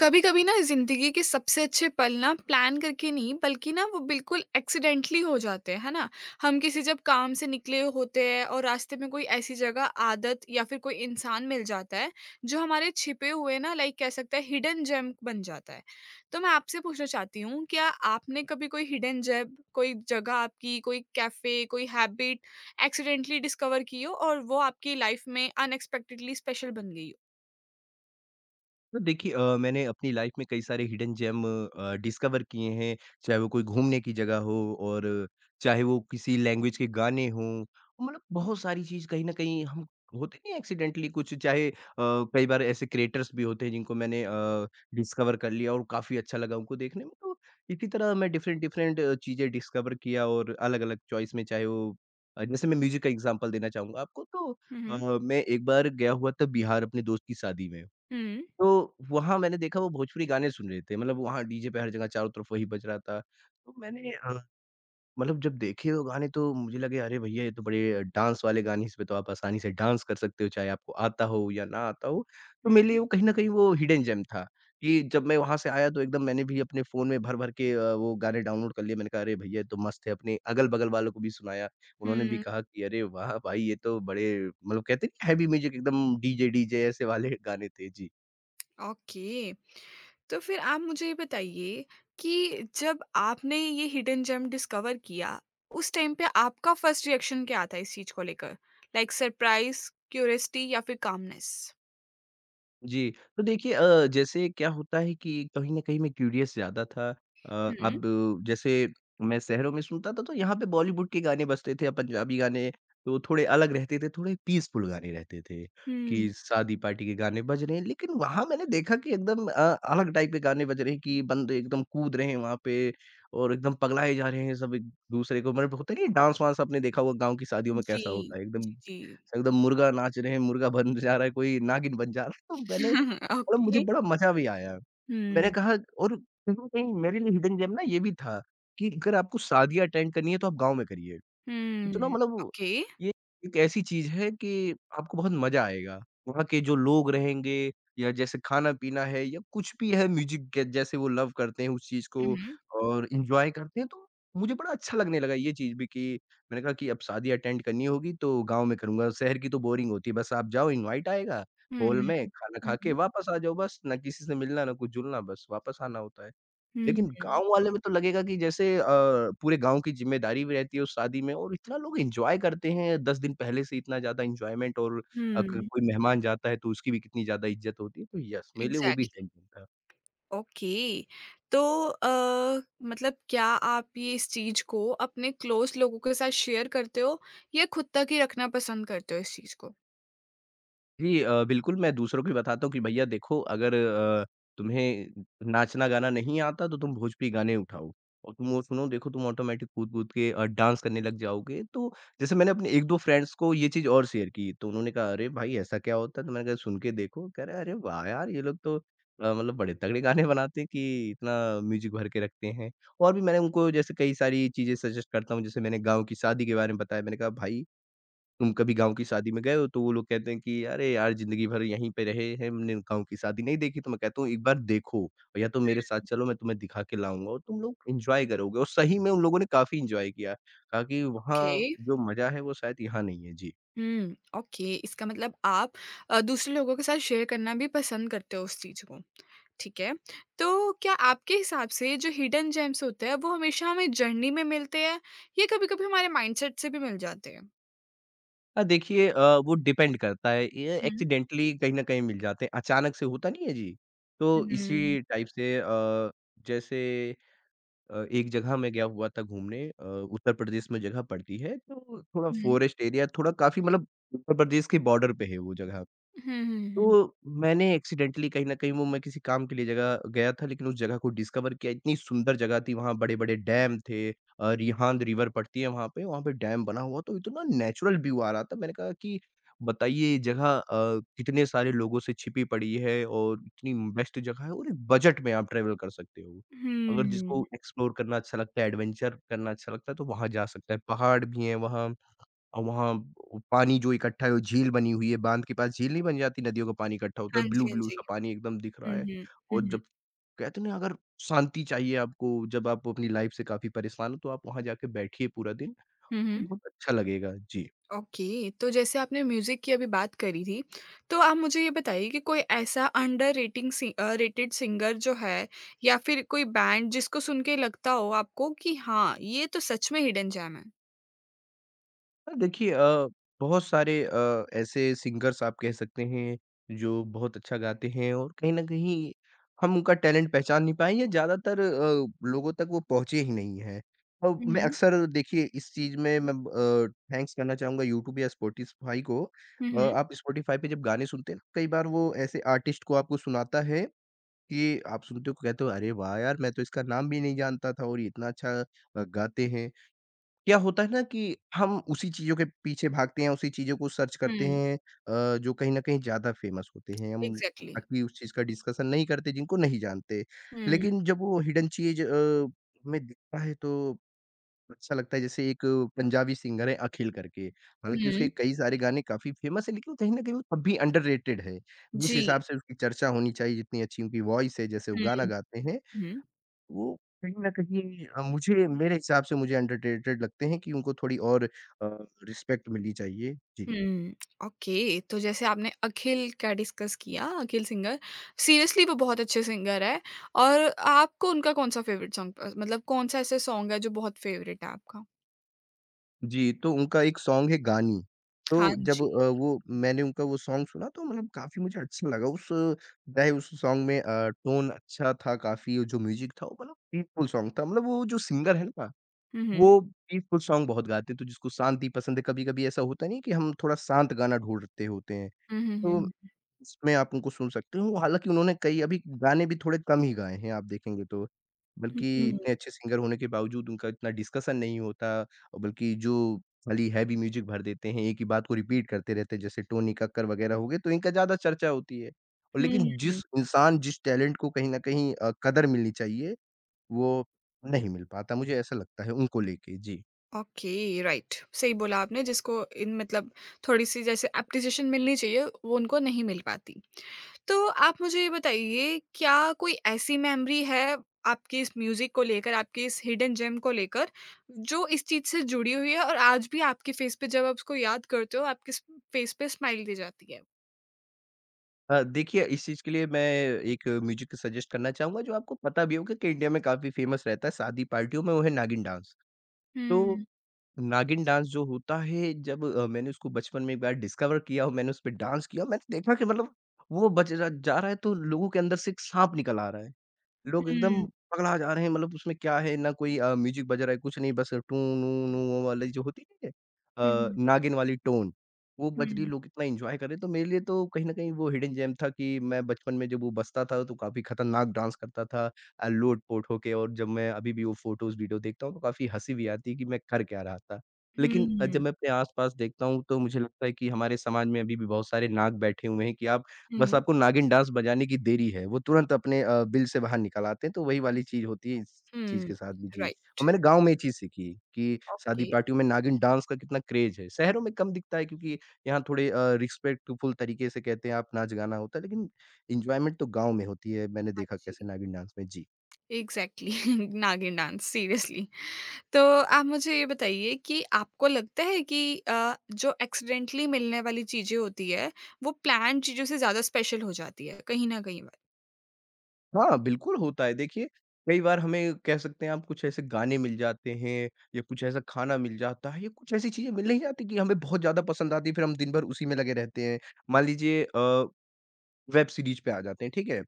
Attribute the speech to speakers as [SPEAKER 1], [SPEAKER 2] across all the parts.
[SPEAKER 1] कभी कभी ना जिंदगी के सबसे अच्छे पल ना प्लान करके नहीं बल्कि ना वो बिल्कुल एक्सीडेंटली हो जाते हैं, है ना। हम किसी जब काम से निकले होते हैं और रास्ते में कोई ऐसी जगह, आदत या फिर कोई इंसान मिल जाता है जो हमारे छिपे हुए ना, लाइक कह सकते हैं हिडन जेम बन जाता है। तो मैं आपसे पूछना चाहती हूँ, क्या आपने कभी कोई हिडन जेम, कोई जगह, आपकी कोई कैफे, कोई हैबिट एक्सीडेंटली डिस्कवर की हो और वो आपकी लाइफ में अनएक्सपेक्टेडली स्पेशल बन गई हो।
[SPEAKER 2] तो देखिए अ, मैंने अपनी लाइफ में कई सारे हिडन जेम डिस्कवर किए हैं, चाहे वो कोई घूमने की जगह हो और चाहे वो किसी लैंग्वेज के गाने हों, मतलब बहुत सारी चीज़ कहीं न कहीं हम होते नहीं हैं एक्सीडेंटली कुछ चाहे कई बार ऐसे क्रिएटर्स भी होते हैं जिनको मैंने डिस्कवर कर लिया और काफ़ी अच्छा लगा उनको देखने में, तो इसी तरह मैं डिफरेंट-डिफरेंट चीज़ें डिस्कवर किया और अलग-अलग चॉइस में चाहे वो जैसे मैं म्यूज़िक का एग्ज़ाम्पल देना चाहूँगा आपको। तो
[SPEAKER 1] हम्म।
[SPEAKER 2] मैं एक बार गया हुआ था बिहार अपने दोस्त की शादी में।
[SPEAKER 1] हम्म।
[SPEAKER 2] तो वहाँ मैंने देखा वो भोजपुरी गाने सुन रहे थे, मतलब वहाँ डीजे पे हर जगह चारों तरफ वही बज रहा था। तो मैंने मतलब जब देखे वो गाने तो मुझे लगे अरे भैया ये तो बड़े डांस वाले गाने हैं, इसपे तो आप आसानी से डांस कर सकते हो, चाहे आपको आता हो या ना आता हो। तो मेरे
[SPEAKER 1] हम्म।
[SPEAKER 2] लिए वो कहीं न कहीं वो हिडन जेम था, कि जब मैं वहाँ से आया तो एकदम मैंने भी अपने फ़ोन में भर-भर के वो गाने डाउनलोड कर लिए। मैंने कहा अरे भैया ये तो मस्त है, अपने अगल-बगल वालों को भी सुनाया। उन्होंने भी
[SPEAKER 1] हम्म।
[SPEAKER 2] कहा कि अरे वाह भाई! ये तो बड़े मतलब कहते हैं ना हैवी म्यूज़िक एकदम डीजे-डीजे ऐसे वाले गाने थे। जी।
[SPEAKER 1] ओके। तो फिर आप मुझे ये बताइए कि जब आपने ये हिडन जेम डिस्कवर किया, उस टाइम पे आपका फर्स्ट रिएक्शन क्या था इस चीज को लेकर। लाइक सरप्राइज, क्यूरियोसिटी या फिर कामनेस।
[SPEAKER 2] जी, तो देखिए अ, जैसे क्या होता है कि कहीं न कहीं मैं क्यूरियस ज़्यादा था।
[SPEAKER 1] हम्म।
[SPEAKER 2] अब जैसे मैं शहरों में सुनता था, तो यहाँ पे बॉलीवुड के गाने बजते थे या पंजाबी गाने, तो थोड़े अलग रहते थे, थोड़े पीसफुल गाने रहते थे,
[SPEAKER 1] हम्म।
[SPEAKER 2] कि शादी पार्टी के गाने बज रहे हैं। लेकिन वहाँ मैंने देखा कि एकदम अलग टाइप के गाने बज रहे हैं कि बंदे एकदम कूद रहे हैं वहाँ पे और एकदम पगलाए जा रहे हैं सब एक-दूसरे को, मतलब होता नहीं है डांस-वांस, आपने देखा होगा गाँव की शादियों में
[SPEAKER 1] जी।
[SPEAKER 2] कैसा होता है, एकदम
[SPEAKER 1] जी जी।
[SPEAKER 2] एकदम मुर्गा नाच रहे हैं, मुर्गा बन जा रहा है, कोई नागिन बन जा रहा है, तो मैंने मतलब मुझे
[SPEAKER 1] ओके।
[SPEAKER 2] बड़ा मज़ा भी आया। मैंने
[SPEAKER 1] हम्म।
[SPEAKER 2] कहा और कहीं न कहीं मेरे लिए हिडन जेम ना ये भी था कि अगर आपको शादियाँ अटेंड करनी है तो आप गाँव में करिए। इतना
[SPEAKER 1] हम्म।
[SPEAKER 2] मतलब
[SPEAKER 1] ओके।
[SPEAKER 2] ये एक ऐसी चीज़ है कि आपको बहुत मज़ा आएगा। वहाँ के जो लोग रहेंगे या जैसे खाना-पीना है या कुछ भी है म्यूज़िक, ग जैसे वो लव करते हैं उस चीज़ को
[SPEAKER 1] हम्म।
[SPEAKER 2] और एन्जॉय करते हैं, तो मुझे बड़ा अच्छा लगने लगा ये चीज़ भी कि मैंने कहा कि अब शादी अटेंड करनी होगी तो गाँव में करूँगा, शहर की तो बोरिंग होती है। बस आप जाओ, इनवाइट आएगा, हॉल में
[SPEAKER 1] हम्म।
[SPEAKER 2] खाना खा के
[SPEAKER 1] हम्म।
[SPEAKER 2] वापस आ जाओ बस, ना किसी से मिलना, ना कुछ जुलना, बस वापस आना होता है। लेकिन
[SPEAKER 1] हम्म।
[SPEAKER 2] गाँव वाले में तो लगेगा कि जैसे पूरे गाँव की ज़िम्मेदारी भी रहती है उस शादी में और इतना लोग एन्जॉय करते हैं, 10 दिन पहले से इतना ज़्यादा एन्जॉयमेंट और अ, क
[SPEAKER 1] हम्म।
[SPEAKER 2] कोई मेहमान जाता है तो उसकी भी कितनी ज़्यादा इज़्ज़त होती है। तो यस, मेरे लिए वो भी
[SPEAKER 1] एग्जैक्टली।
[SPEAKER 2] है।
[SPEAKER 1] ओके। तो अ, मतलब क्या आप ये इस चीज़ को अपने क्लोज़ लोगों के साथ शेयर करते हो या खुद तक ही रखना पसंद करते हो इस चीज़ को?
[SPEAKER 2] जी बिल्कुल, मैं दूसरों को भी बताता हूँ कि भैया देखो अगर तुम्हें नाचना गाना नहीं आता तो तुम भोजपुरी गाने उठाओ और तुम वो सुनो, देखो तुम ऑटोमेटिक कूद-कूद के डांस करने लग जाओगे। तो जैसे मैंने अपने 1-2 फ्रेंड्स को ये चीज़ और शेयर की तो उन्होंने कहा, "अरे भाई ऐसा क्या होता है?" तो मैंने कहा, "सुन के देखो।" कह रहे, "अरे वाह यार! ये लोग तो मतलब बड़े तगड़े गाने बनाते हैं कि इतना म्यूज़िक भर के रखते हैं।" और भी मैंने उनको जैसे कई सारी चीज़ें सजेस्ट करता हूँ, जैसे मैंने गाँव की शादी के बारे में बताया, मैंने कहा, "भाई तुम कभी गाँव की शादी में गए हो?" तो वो लोग कहते हैं कि अरे यार! ज़िंदगी भर यहीं पे रहे हैं, हमने गाँव की शादी नहीं देखी। तो मैं कहता हूँ एक बार देखो, और या तो मेरे साथ चलो, मैं तुम्हें दिखा के लाऊँगा और तुम लोग एन्जॉय करोगे। और सही में उन लोगों ने काफ़ी एन्जॉय किया। कहा कि
[SPEAKER 1] ओके।
[SPEAKER 2] वहाँ जो मज़ा है वो शायद यहाँ नहीं है। जी।
[SPEAKER 1] हुँ, ओके, इसका मतलब आप दूसरे लोगों के साथ शेयर करना भी पसंद करते हो उस चीज़ को। ठीक है। तो क्या आपके हिसाब से जो हिडन जेम्स होते हैं वो हमेशा हमें जर्नी में मिलते हैं या कभी-कभी हमारे माइंडसेट से भी मिल जाते हैं?
[SPEAKER 2] देखिए वो डिपेंड करता है। ये
[SPEAKER 1] हुँ,
[SPEAKER 2] एक्सीडेंटली कहीं न कहीं मिल जाते हैं। अचानक से होता नहीं है जी।
[SPEAKER 1] हुँ,
[SPEAKER 2] तो
[SPEAKER 1] हुँ,
[SPEAKER 2] इसी टाइप से जैसे एक जगह मैं गया हुआ था घूमने उत्तर प्रदेश में जगह पड़ती है, तो थोड़ा
[SPEAKER 1] हुँ,
[SPEAKER 2] फ़ॉरेस्ट एरिया थोड़ा काफ़ी मतलब उत्तर प्रदेश के बॉर्डर पे है वो जगह।
[SPEAKER 1] हुँ, हुँ, हुँ।
[SPEAKER 2] तो मैंने एक्सीडेंटली कहीं न कहीं वो मैं किसी काम के लिए जगह गया था, लेकिन उस जगह को डिस्कवर किया, इतनी सुंदर जगह थी, वहाँ बड़े-बड़े डैम थे, रिहांद रिवर पड़ती है वहाँ पे डैम बना हुआ, तो इतना नेचुरल व्यू आ रहा था। मैंने कहा कि बताइए ये जगह कितने सारे लोगों से छिपी पड़ी है और इतनी बेस्ट जगह है और एक बजट में आप ट्रैवल कर सकते हो। अगर
[SPEAKER 1] हुँ।
[SPEAKER 2] जिसको एक्सप्लोर करना अच्छा लगता है, एडवेंचर करना अच्छा लगता है, तो वहाँ जा सकता है। पहाड़ भी हैं वहाँ। और वहाँ वो पानी जो इकट्ठा है वो झील बनी हुई है, बाँध के पास झील नहीं बन जाती, नदियों का पानी इकट्ठा होता है,
[SPEAKER 1] हाँ जी, हाँ
[SPEAKER 2] ब्लू-ब्लू
[SPEAKER 1] जी।
[SPEAKER 2] सा पानी एकदम दिख रहा
[SPEAKER 1] हुँ,
[SPEAKER 2] है।
[SPEAKER 1] हुँ। हुँ,
[SPEAKER 2] और
[SPEAKER 1] हुँ।
[SPEAKER 2] जब कहते हैं ना अगर शांति चाहिए आपको, जब आप अपनी लाइफ़ से काफ़ी परेशान हो तो आप वहाँ जाके बैठिए पूरा दिन,
[SPEAKER 1] हुँ,
[SPEAKER 2] आपको
[SPEAKER 1] हुँ।
[SPEAKER 2] बहुत अच्छा लगेगा। जी।
[SPEAKER 1] ओके, तो जैसे आपने म्यूज़िक की अभी बात करी थी, तो आप मुझे ये बताइए कि कोई ऐसा अंडर रेटिंग रेटेड सिंगर जो है या फिर कोई बैंड जिसको सुन के लगता हो आपको कि हाँ, ये तो सच में हिडन जेम है?
[SPEAKER 2] हाँ, देखिए अ, बहुत सारे ऐसे सिंगर्स आप कह सकते हैं, जो बहुत अच्छा गाते हैं और कहीं न कहीं हम उनका टैलेंट पहचान नहीं पाए या ज़्यादातर लोगों तक वो पहुँचे ही नहीं हैं। और
[SPEAKER 1] हुँ,
[SPEAKER 2] मैं
[SPEAKER 1] हुँ।
[SPEAKER 2] अक्सर देखिए इस चीज़ में मैं थैंक्स करना चाहूँगा यूट्यूब या स्पॉटिफाई को।
[SPEAKER 1] हुँ, हुँ।
[SPEAKER 2] आप स्पॉटिफाई पे जब गाने सुनते हैं ना, कई बार वो ऐसे आर्टिस्ट को आपको सुनाता है कि आप सुनते हो कहते हो, "अरे वाह यार! मैं तो इसका नाम भी नहीं जानता था और ये इतना अच्छा गाते हैं।" क्या होता है ना कि हम उसी चीज़ों के पीछे भागते हैं, उसी चीज़ों को सर्च करते
[SPEAKER 1] हुँ,
[SPEAKER 2] हैं जो कहीं न कहीं ज़्यादा फ़ेमस होते हैं। हम
[SPEAKER 1] एग्ज़ैक्टली।
[SPEAKER 2] बाकी उस चीज़ का डिस्कशन नहीं करते जिनको नहीं जानते।
[SPEAKER 1] हुँ,
[SPEAKER 2] लेकिन जब वो हिडन चीज़ हमें दिखता है तो अच्छा लगता है, जैसे एक पंजाबी सिंगर है अखिल करके। हालाँकि उसके
[SPEAKER 1] हुँ।
[SPEAKER 2] कई सारे गाने काफ़ी फ़ेमस हैं लेकिन कहीं न कहीं वो तब भी अंडररेटेड है। जिस
[SPEAKER 1] जी।
[SPEAKER 2] हिसाब से उसकी चर्चा होनी चाहिए, जितनी अच्छी उनकी वॉइस है, जैसे वो गाना
[SPEAKER 1] हुँ,
[SPEAKER 2] गाते हैं,
[SPEAKER 1] हुँ।
[SPEAKER 2] वो कहीं न कहीं मुझे, मेरे हिसाब से मुझे अंडररेटेड लगते हैं कि उनको थोड़ी और रिस्पेक्ट मिलनी चाहिए। जी।
[SPEAKER 1] हुँ, ओके, तो जैसे आपने अखिल का डिस्कस किया, अखिल सिंगर, सीरियसली वो बहुत अच्छे सिंगर है। और आपको उनका कौन-सा फ़ेवरेट सॉन्ग, मतलब कौन-सा ऐसा सॉन्ग है जो बहुत फ़ेवरेट है आपका?
[SPEAKER 2] जी, तो उनका एक सॉन्ग है गानी।
[SPEAKER 1] हाँ
[SPEAKER 2] तो जब
[SPEAKER 1] जी।
[SPEAKER 2] वो मैंने उनका वो सॉन्ग सुना तो मतलब काफ़ी मुझे अच्छा लगा उस, चाहे उस सॉन्ग में टोन अच्छा था काफ़ी और जो म्यूज़िक था वो मतलब पीसफुल सॉन्ग था। मतलब वो जो सिंगर है ना,
[SPEAKER 1] हुँ, हुँ।
[SPEAKER 2] वो पीसफुल सॉन्ग बहुत गाते हैं तो जिसको शांति पसंद है, कभी-कभी ऐसा होता नहीं है कि हम थोड़ा शांत गाना ढूँढते होते हैं।
[SPEAKER 1] हुँ, हुँ,
[SPEAKER 2] तो
[SPEAKER 1] हुँ,
[SPEAKER 2] इसमें आप उनको सुन सकते हो। हालाँकि उन्होंने कई अभी गाने भी थोड़े कम ही गाए हैं आप देखेंगे तो।
[SPEAKER 1] हुँ,
[SPEAKER 2] बल्कि
[SPEAKER 1] हुँ,
[SPEAKER 2] इतने अच्छे सिंगर होने के बावजूद उनका इतना डिस्कशन नहीं होता, और बल्कि जो खाली हैवी म्यूज़िक भर देते हैं, एक ही बात को रिपीट करते रहते हैं, जैसे टोनी कक्कर वग़ैरह हो गए, तो इनका ज़्यादा चर्चा होती है। और
[SPEAKER 1] हुँ,
[SPEAKER 2] लेकिन जिस
[SPEAKER 1] हुँ।
[SPEAKER 2] इंसान, जिस टैलेंट को कहीं न कहीं कदर मिलनी चाहिए, वो नहीं मिल पाता। मुझे ऐसा लगता है उनको लेके। जी।
[SPEAKER 1] Okay, right. सही बोला आपने, जिसको इन मतलब थोड़ी-सी जैसे एप्रिसिएशन मिलनी चाहिए, वो उनको नहीं मिल पाती। तो आप मुझे ये बताइए, क्या कोई ऐसी मेमोरी है आपकी इस म्यूज़िक को लेकर, आपकी इस हिडन जेम को लेकर, जो इस चीज़ से जुड़ी हुई है और आज भी आपके फ़ेस पे जब आप उसको याद करते हो, आपके स फ़ेस पे स्माइल दी जाती है?
[SPEAKER 2] देखिए इस चीज़ के लिए मैं एक म्यूज़िक सजेस्ट करना चाहूँगा जो आपको पता भी होगा कि इंडिया में काफ़ी फ़ेमस रहता है शादी पार्टियों में, वो है नागिन डांस। तो
[SPEAKER 1] हुँ,
[SPEAKER 2] नागिन डांस जो होता है, जब मैंने उसको बचपन में एक बार डिस्कवर किया और मैंने उस पे डांस किया, मैंने देखा कि मतलब वो बज र जा रहा है तो लोगों के अंदर से एक साँप निकल आ रहा है। लोग एकदम
[SPEAKER 1] हुँ,
[SPEAKER 2] पगला जा रहे हैं, मतलब उसमें क्या है ना, कोई म्यूज़िक बज रहा है कुछ नहीं, बस टू नू नू वो वाली जो होती है
[SPEAKER 1] हुँ,
[SPEAKER 2] नागिन वाली टोन वो बज रही,
[SPEAKER 1] हुँ,
[SPEAKER 2] लोग इतना एन्जॉय कर रहे हैं, तो मेरे लिए तो कहीं न कहीं वो हिडन जेम था कि मैं बचपन में जब वो बजता था तो काफ़ी खतरनाक डांस करता था, लोट-पोट होके, और जब मैं अभी भी वो फ़ोटोज़ वीडियो देखता हूँ तो काफ़ी हँसी भी आती है कि मैं कर क्या रहा था। लेकिन जब
[SPEAKER 1] हुँ,
[SPEAKER 2] मैं अपने आस-पास देखता हूँ तो मुझे लगता है कि हमारे समाज में अभी भी बहुत सारे नाग बैठे हुए हैं कि आप, बस
[SPEAKER 1] हुँ,
[SPEAKER 2] आपको नागिन डांस बजाने की देरी है, वो तुरंत अपने बिल से बाहर निकल आते हैं, तो वही वाली चीज़ होती है इस चीज़
[SPEAKER 1] हुँ।
[SPEAKER 2] के साथ भी, जी। और
[SPEAKER 1] राइट।
[SPEAKER 2] मैंने गाँव में ये चीज़ सीखी कि शादी
[SPEAKER 1] ओके।
[SPEAKER 2] पार्टियों में नागिन डांस का कितना क्रेज़ है, शहरों में कम दिखता है क्योंकि यहाँ थोड़े रिस्पेक्टफुल तरीके से कहते हैं आप नाच-गाना होता है, लेकिन एन्जॉयमेंट तो गाँव में होती है, मैंने
[SPEAKER 1] हाँ
[SPEAKER 2] देखा कैसे
[SPEAKER 1] जी।
[SPEAKER 2] नागिन डांस में। जी।
[SPEAKER 1] एग्ज़ैक्टली। Nagin dance seriously. तो आप मुझे ये बताइए कि आपको लगता है कि जो एक्सीडेंटली मिलने वाली चीज़ें होती है, वो प्लान्ड चीज़ों से ज़्यादा स्पेशल हो जाती है, कहीं न कहीं पर?
[SPEAKER 2] हाँ, बिल्कुल होता है। देखिए, कई बार हमें कह सकते हैं आप कुछ ऐसे गाने मिल जाते हैं या कुछ ऐसा खाना मिल जाता है या कुछ ऐसी चीज़ें मिल नहीं जाती कि हमें बहुत ज़्यादा पसंद आती है, फिर हम दिन भर उसी में लगे रहते हैं। मान लीजिए वेब सीरीज़ पे आ जाते हैं, ठीक है?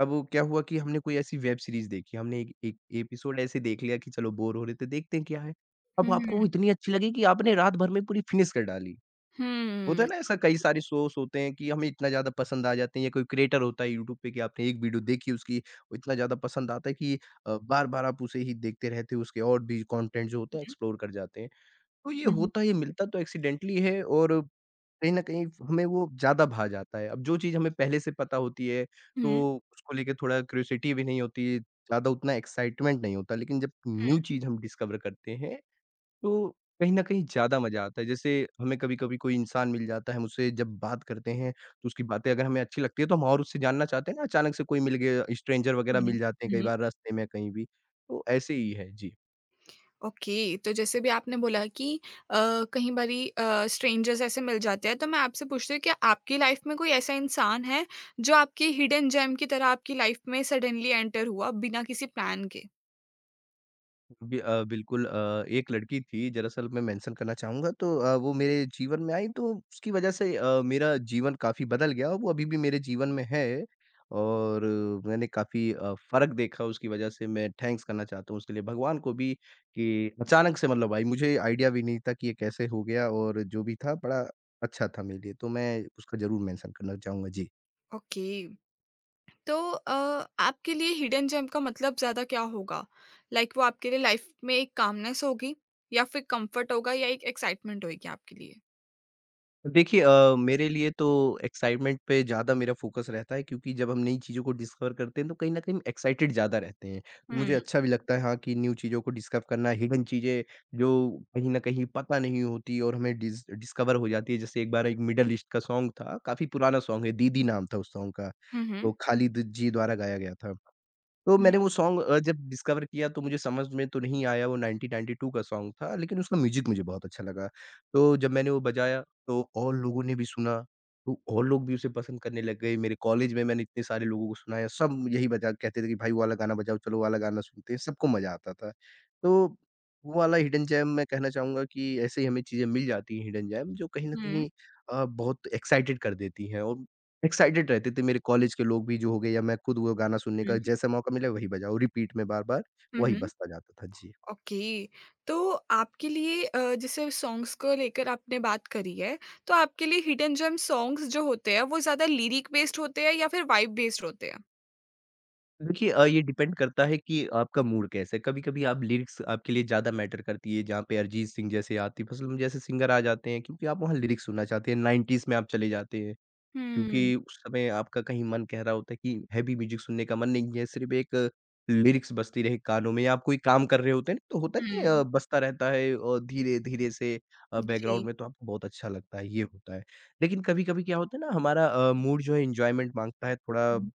[SPEAKER 2] अब वो क्या हुआ कि हमने कोई ऐसी वेब सीरीज़ देखी, हमने एक एक एपिसोड ऐसे देख लिया कि चलो बोर हो रहे थे, देखते हैं क्या है। अब आपको वो
[SPEAKER 1] हुँ।
[SPEAKER 2] इतनी अच्छी लगी कि आपने रात भर में पूरी फ़िनिश कर डाली। होता
[SPEAKER 1] हुँ।
[SPEAKER 2] है ना ऐसा, कई सारे शोज़ होते हैं कि हमें इतना ज़्यादा पसंद आ जाते हैं या कोई क्रिएटर होता है यूट्यूब पे कि आपने एक वीडियो देखी उसकी, वो इतना ज़्यादा पसंद आता है कि बार-बार आप उसे ही देखते रहते हो, उसके और भी कंटेंट जो होते
[SPEAKER 1] हुँ,
[SPEAKER 2] हैं
[SPEAKER 1] हुँ,
[SPEAKER 2] एक्सप्लोर कर जाते हैं। तो ये
[SPEAKER 1] हुँ,
[SPEAKER 2] होता है, ये मिलता तो एक्सीडेंटली है और कहीं न कहीं हमें वो ज़्यादा भा जाता है। अब जो चीज़ हमें पहले से पता होती है, तो उसको लेके थोड़ा क्यूरियोसिटी भी नहीं होती, ज़्यादा उतना एक्साइटमेंट नहीं होता, लेकिन जब न्यू चीज़ हम डिस्कवर करते हैं तो कहीं न कहीं ज़्यादा मज़ा आता है। जैसे हमें कभी-कभी कोई इंसान मिल जाता है, हम उससे जब बात करते हैं, तो उसकी बातें अगर हमें अच्छी लगती है, तो हम और उससे जानना चाहते हैं ना, अचानक से कोई मिल गया, स्ट्रेंजर वगैरह
[SPEAKER 1] हुँ,
[SPEAKER 2] मिल जाते हैं
[SPEAKER 1] हुँ,
[SPEAKER 2] कई
[SPEAKER 1] हुँ।
[SPEAKER 2] बार रास्ते में कहीं भी। तो ऐसे ही है। जी।
[SPEAKER 1] ओके, तो जैसे भी आपने बोला कि अ, कहीं बारी स्ट्रेंजर्स ऐसे मिल जाते हैं, तो मैं आपसे पूछती हूँ कि आपकी लाइफ़ में कोई ऐसा इंसान है, जो आपकी हिडन जेम की तरह आपकी लाइफ़ में सडनली एंटर हुआ, बिना किसी प्लान के?
[SPEAKER 2] बिल्कुल एक लड़की थी, दरअसल मैं मेंशन करना चाहूँगा, तो वो मेरे जीवन में आई तो उसकी वज़ह से मेरा जीवन काफ़ी बदल गया और वो अभी भी मेरे जीवन में है और मैंने काफ़ी फ़र्क देखा उसकी वज़ह से, मैं थैंक्स करना चाहता हूँ उसके लिए भगवान को भी कि अचानक से मतलब आई, मुझे आइडिया भी नहीं था कि ये कैसे हो गया, और जो भी था बड़ा अच्छा था मेरे लिए, तो मैं उसका ज़रूर मेंशन करना चाहूँगा। जी।
[SPEAKER 1] ओके। तो आपके लिए हिडन जेम का मतलब ज़्यादा क्या होगा? लाइक वो आपके लिए लाइफ में एक कामनेस होगी या फिर कम्फर्ट होगा या एक एक्साइटमेंट होगी आपके लिए?
[SPEAKER 2] देखिए, मेरे लिए तो एक्साइटमेंट पे ज़्यादा मेरा फ़ोकस रहता है, क्योंकि जब हम नई चीज़ों को डिस्कवर करते हैं तो कहीं न कहीं एक्साइटेड ज़्यादा रहते हैं। तो
[SPEAKER 1] हुँ।
[SPEAKER 2] मुझे अच्छा भी लगता है हाँ, कि न्यू चीज़ों को डिस्कवर करना, हिडन चीज़ें जो कहीं न कहीं पता नहीं होती और हमें डिस्कवर हो जाती है। जैसे एक बार एक मिडल ईस्ट का सॉन्ग था, काफ़ी पुराना सॉन्ग है, दीदी नाम था उस सॉन्ग का।
[SPEAKER 1] हुँ, हुँ।
[SPEAKER 2] वो खालिद जी द्वारा गाया गया था। तो
[SPEAKER 1] हुँ,
[SPEAKER 2] मैंने वो सॉन्ग जब डिस्कवर किया तो मुझे समझ में तो नहीं आया, वो 1992 का सॉन्ग था, लेकिन उसका म्यूज़िक मुझे बहुत अच्छा लगा। तो जब मैंने वो बजाया तो और लोगों ने भी सुना, तो और लोग भी उसे पसंद करने लग गए। मेरे कॉलेज में मैंने इतने सारे लोगों को सुनाया, सब यही बजा कहते थे कि भाई वो वाला गाना बजाओ, चलो वो वाला गाना सुनते हैं, सबको मज़ा आता था। तो वो वाला हिडन जेम मैं कहना चाहूँगा कि ऐसे ही हमें चीज़ें मिल जाती हैं, हिडन जेम जो कहीं न
[SPEAKER 1] हुँ, हुँ।
[SPEAKER 2] कहीं बहुत एक्साइटेड कर देती हैं, और एक्साइटेड रहते थे मेरे कॉलेज के लोग भी जो हो गए, या मैं खुद वो गाना सुनने का जैसा मौका मिला वही बजाओ, रिपीट में बार-बार
[SPEAKER 1] हुँ,
[SPEAKER 2] वही
[SPEAKER 1] हुँ।
[SPEAKER 2] बजता जाता था। जी।
[SPEAKER 1] ओके। तो आपके लिए जैसे सॉन्ग्स को लेकर आपने बात करी है, तो आपके लिए हिडन जेम सॉन्ग्स जो होते हैं वो ज़्यादा लिरिक बेस्ड होते हैं या फिर वाइब बेस्ड होते हैं?
[SPEAKER 2] देखिए, ये डिपेंड करता है कि आपका मूड कैसा है, कभी-कभी आप लिरिक्स, आपके लिए ज़्यादा मैटर करती है, जहाँ पे अरिजीत सिंह जैसे, आतिफ असलम जैसे सिंगर आ जाते हैं, क्योंकि आप वहाँ लिरिक्स सुनना चाहते हैं, 90s में आप चले जाते हैं।
[SPEAKER 1] हुँ,
[SPEAKER 2] क्योंकि उस समय आपका कहीं मन कह रहा होता है कि हैवी म्यूज़िक सुनने का मन नहीं है, सिर्फ़ एक लिरिक्स बजती रहे कानों में, या आप कोई काम कर रहे होते हैं ना, तो होता नहीं है,
[SPEAKER 1] हुँ।
[SPEAKER 2] बजता रहता है और धीरे-धीरे से बैकग्राउंड
[SPEAKER 1] जी।
[SPEAKER 2] में तो आपको बहुत अच्छा लगता है, ये होता है। लेकिन कभी-कभी क्या होता है ना, हमारा मूड जो है एन्जॉयमेंट माँगता है, थोड़ा
[SPEAKER 1] हुँ,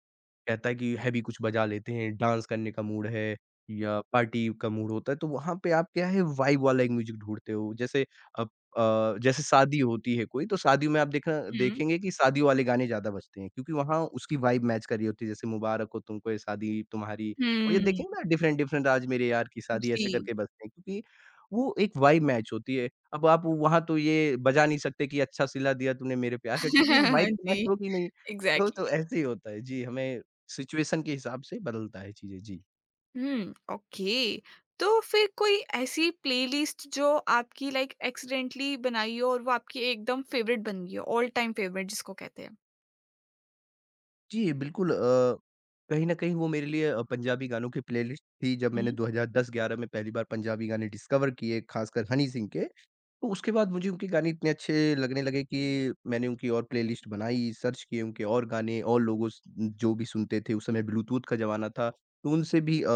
[SPEAKER 2] कहता है कि हैवी कुछ बजा लेते हैं, डांस करने का मूड है या पार्टी का मूड होता है, तो वहाँ पे आप क्या है, वाइब वाला एक म्यूज़िक ढूँढते हो। जैसे अब जैसे शादी होती है कोई, तो शादियों में आप देखना,
[SPEAKER 1] हुँ।
[SPEAKER 2] देखेंगे कि शादी वाले गाने ज़्यादा बजते हैं, क्योंकि वहाँ उसकी वाइब मैच कर रही होती है। जैसे, मुबारक हो तुमको ये शादी तुम्हारी, और ये
[SPEAKER 1] हुँ,
[SPEAKER 2] देखेंगे ना, डिफरेंट-डिफरेंट, आज मेरे यार की शादी ऐसे
[SPEAKER 1] जी।
[SPEAKER 2] करके बजते हैं, क्योंकि वो एक वाइब मैच होती है। अब आप वहाँ तो ये बजा नहीं सकते कि अच्छा सिला दिया तूने मेरे प्यार का, क्योंकि वो वाइब तो
[SPEAKER 1] जी,
[SPEAKER 2] मैच होगी नहीं। तो
[SPEAKER 1] एग्ज़ैक्टली।
[SPEAKER 2] ऐसे ही होता है। जी, हमें सिचुएशन के हिसाब से बदलता है चीज़ें, जी।
[SPEAKER 1] हुँ, ओके। तो फिर कोई ऐसी प्लेलिस्ट जो आपकी लाइक एक्सीडेंटली बनाई हो और वो आपकी एकदम फ़ेवरेट बन गई हो, ऑल टाइम फ़ेवरेट जिसको कहते हैं?
[SPEAKER 2] जी, बिल्कुल कहीं न कहीं वो मेरे लिए पंजाबी गानों की प्लेलिस्ट थी, जब मैंने
[SPEAKER 1] हुँ,
[SPEAKER 2] 2010-11 में पहली बार पंजाबी गाने डिस्कवर किए, खासकर हनी सिंह के। तो उसके बाद मुझे उनके गाने इतने अच्छे लगने लगे कि मैंने उनकी और प्लेलिस्ट बनाई, सर्च किए उनके और गाने, और लोगों स जो भी सुनते थे, उस समय ब्लूटूथ का ज़माना था, तो उनसे भी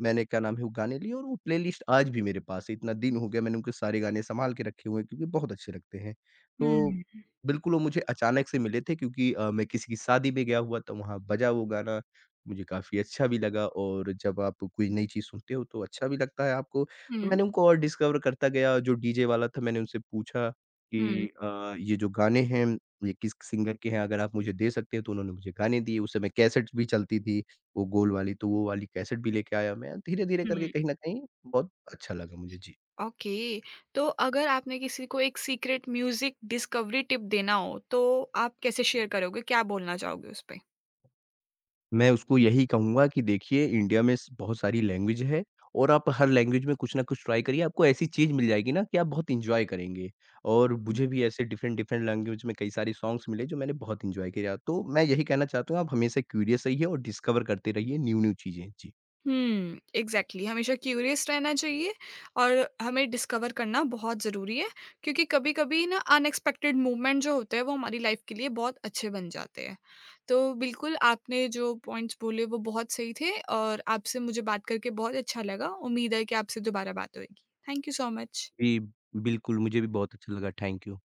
[SPEAKER 2] मैंने क्या नाम है वो गाने लिए, और वो प्लेलिस्ट आज भी मेरे पास है। इतना दिन हो गया, मैंने उनके सारे गाने सँभाल के रखे हुए हैं, क्योंकि बहुत अच्छे लगते हैं। तो
[SPEAKER 1] हुँ,
[SPEAKER 2] बिल्कुल वो मुझे अचानक से मिले थे, क्योंकि मैं किसी की शादी में गया हुआ था, वहाँ बजा वो गाना, मुझे काफ़ी अच्छा भी लगा, और जब आप कोई नई चीज़ सुनते हो तो अच्छा भी लगता है आपको। तो
[SPEAKER 1] हुँ,
[SPEAKER 2] मैंने उनको और डिस्कवर करता गया, जो डीजे वाला था मैंने उनसे पूछा कि
[SPEAKER 1] हुँ,
[SPEAKER 2] ये जो गाने हैं, ये किस सिंगर के हैं, अगर आप मुझे दे सकते हैं, तो उन्होंने मुझे गाने दिए। उस समय कैसेट्स भी चलती थी, वो गोल वाली, तो वो वाली कैसेट भी लेके आया मैं, धीरे-धीरे करके
[SPEAKER 1] हुँ।
[SPEAKER 2] कहीं न कहीं बहुत अच्छा लगा मुझे। जी।
[SPEAKER 1] ओके, तो अगर आपने किसी को एक सीक्रेट म्यूज़िक डिस्कवरी टिप देना हो, तो आप कैसे शेयर करोगे? क्या बोलना चाहोगे उसपे?
[SPEAKER 2] मैं उसको यही कहूँगा कि देखिए, इंडिया में स बहुत सारी लैंग्वेज है, और आप हर लैंग्वेज में कुछ न कुछ ट्राई करिए, आपको ऐसी चीज़ मिल जाएगी ना कि आप बहुत एन्जॉय करेंगे। और मुझे भी ऐसे डिफरेंट-डिफरेंट लैंग्वेज में कई सारे सॉन्ग्स मिले जो मैंने बहुत एन्जॉय किया। तो मैं यही कहना चाहता हूँ, आप हमेशा क्यूरियस रहिए और डिस्कवर करते रहिए न्यू-न्यू चीज़ें। जी।
[SPEAKER 1] हुँ, एग्ज़ैक्टली, हमेशा क्यूरियस रहना चाहिए और हमें डिस्कवर करना बहुत ज़रूरी है, क्योंकि कभी-कभी ना अनएक्सपेक्टेड मूवमेंट जो होते हैं वो हमारी लाइफ़ के लिए बहुत अच्छे बन जाते हैं। तो बिल्कुल आपने जो पॉइंट्स बोले वो बहुत सही थे और आपसे मुझे बात करके बहुत अच्छा लगा। उम्मीद है कि आपसे दोबारा बात होएगी। Thank you so much.
[SPEAKER 2] जी, बिल्कुल मुझे भी बहुत अच्छा लगा। Thank you.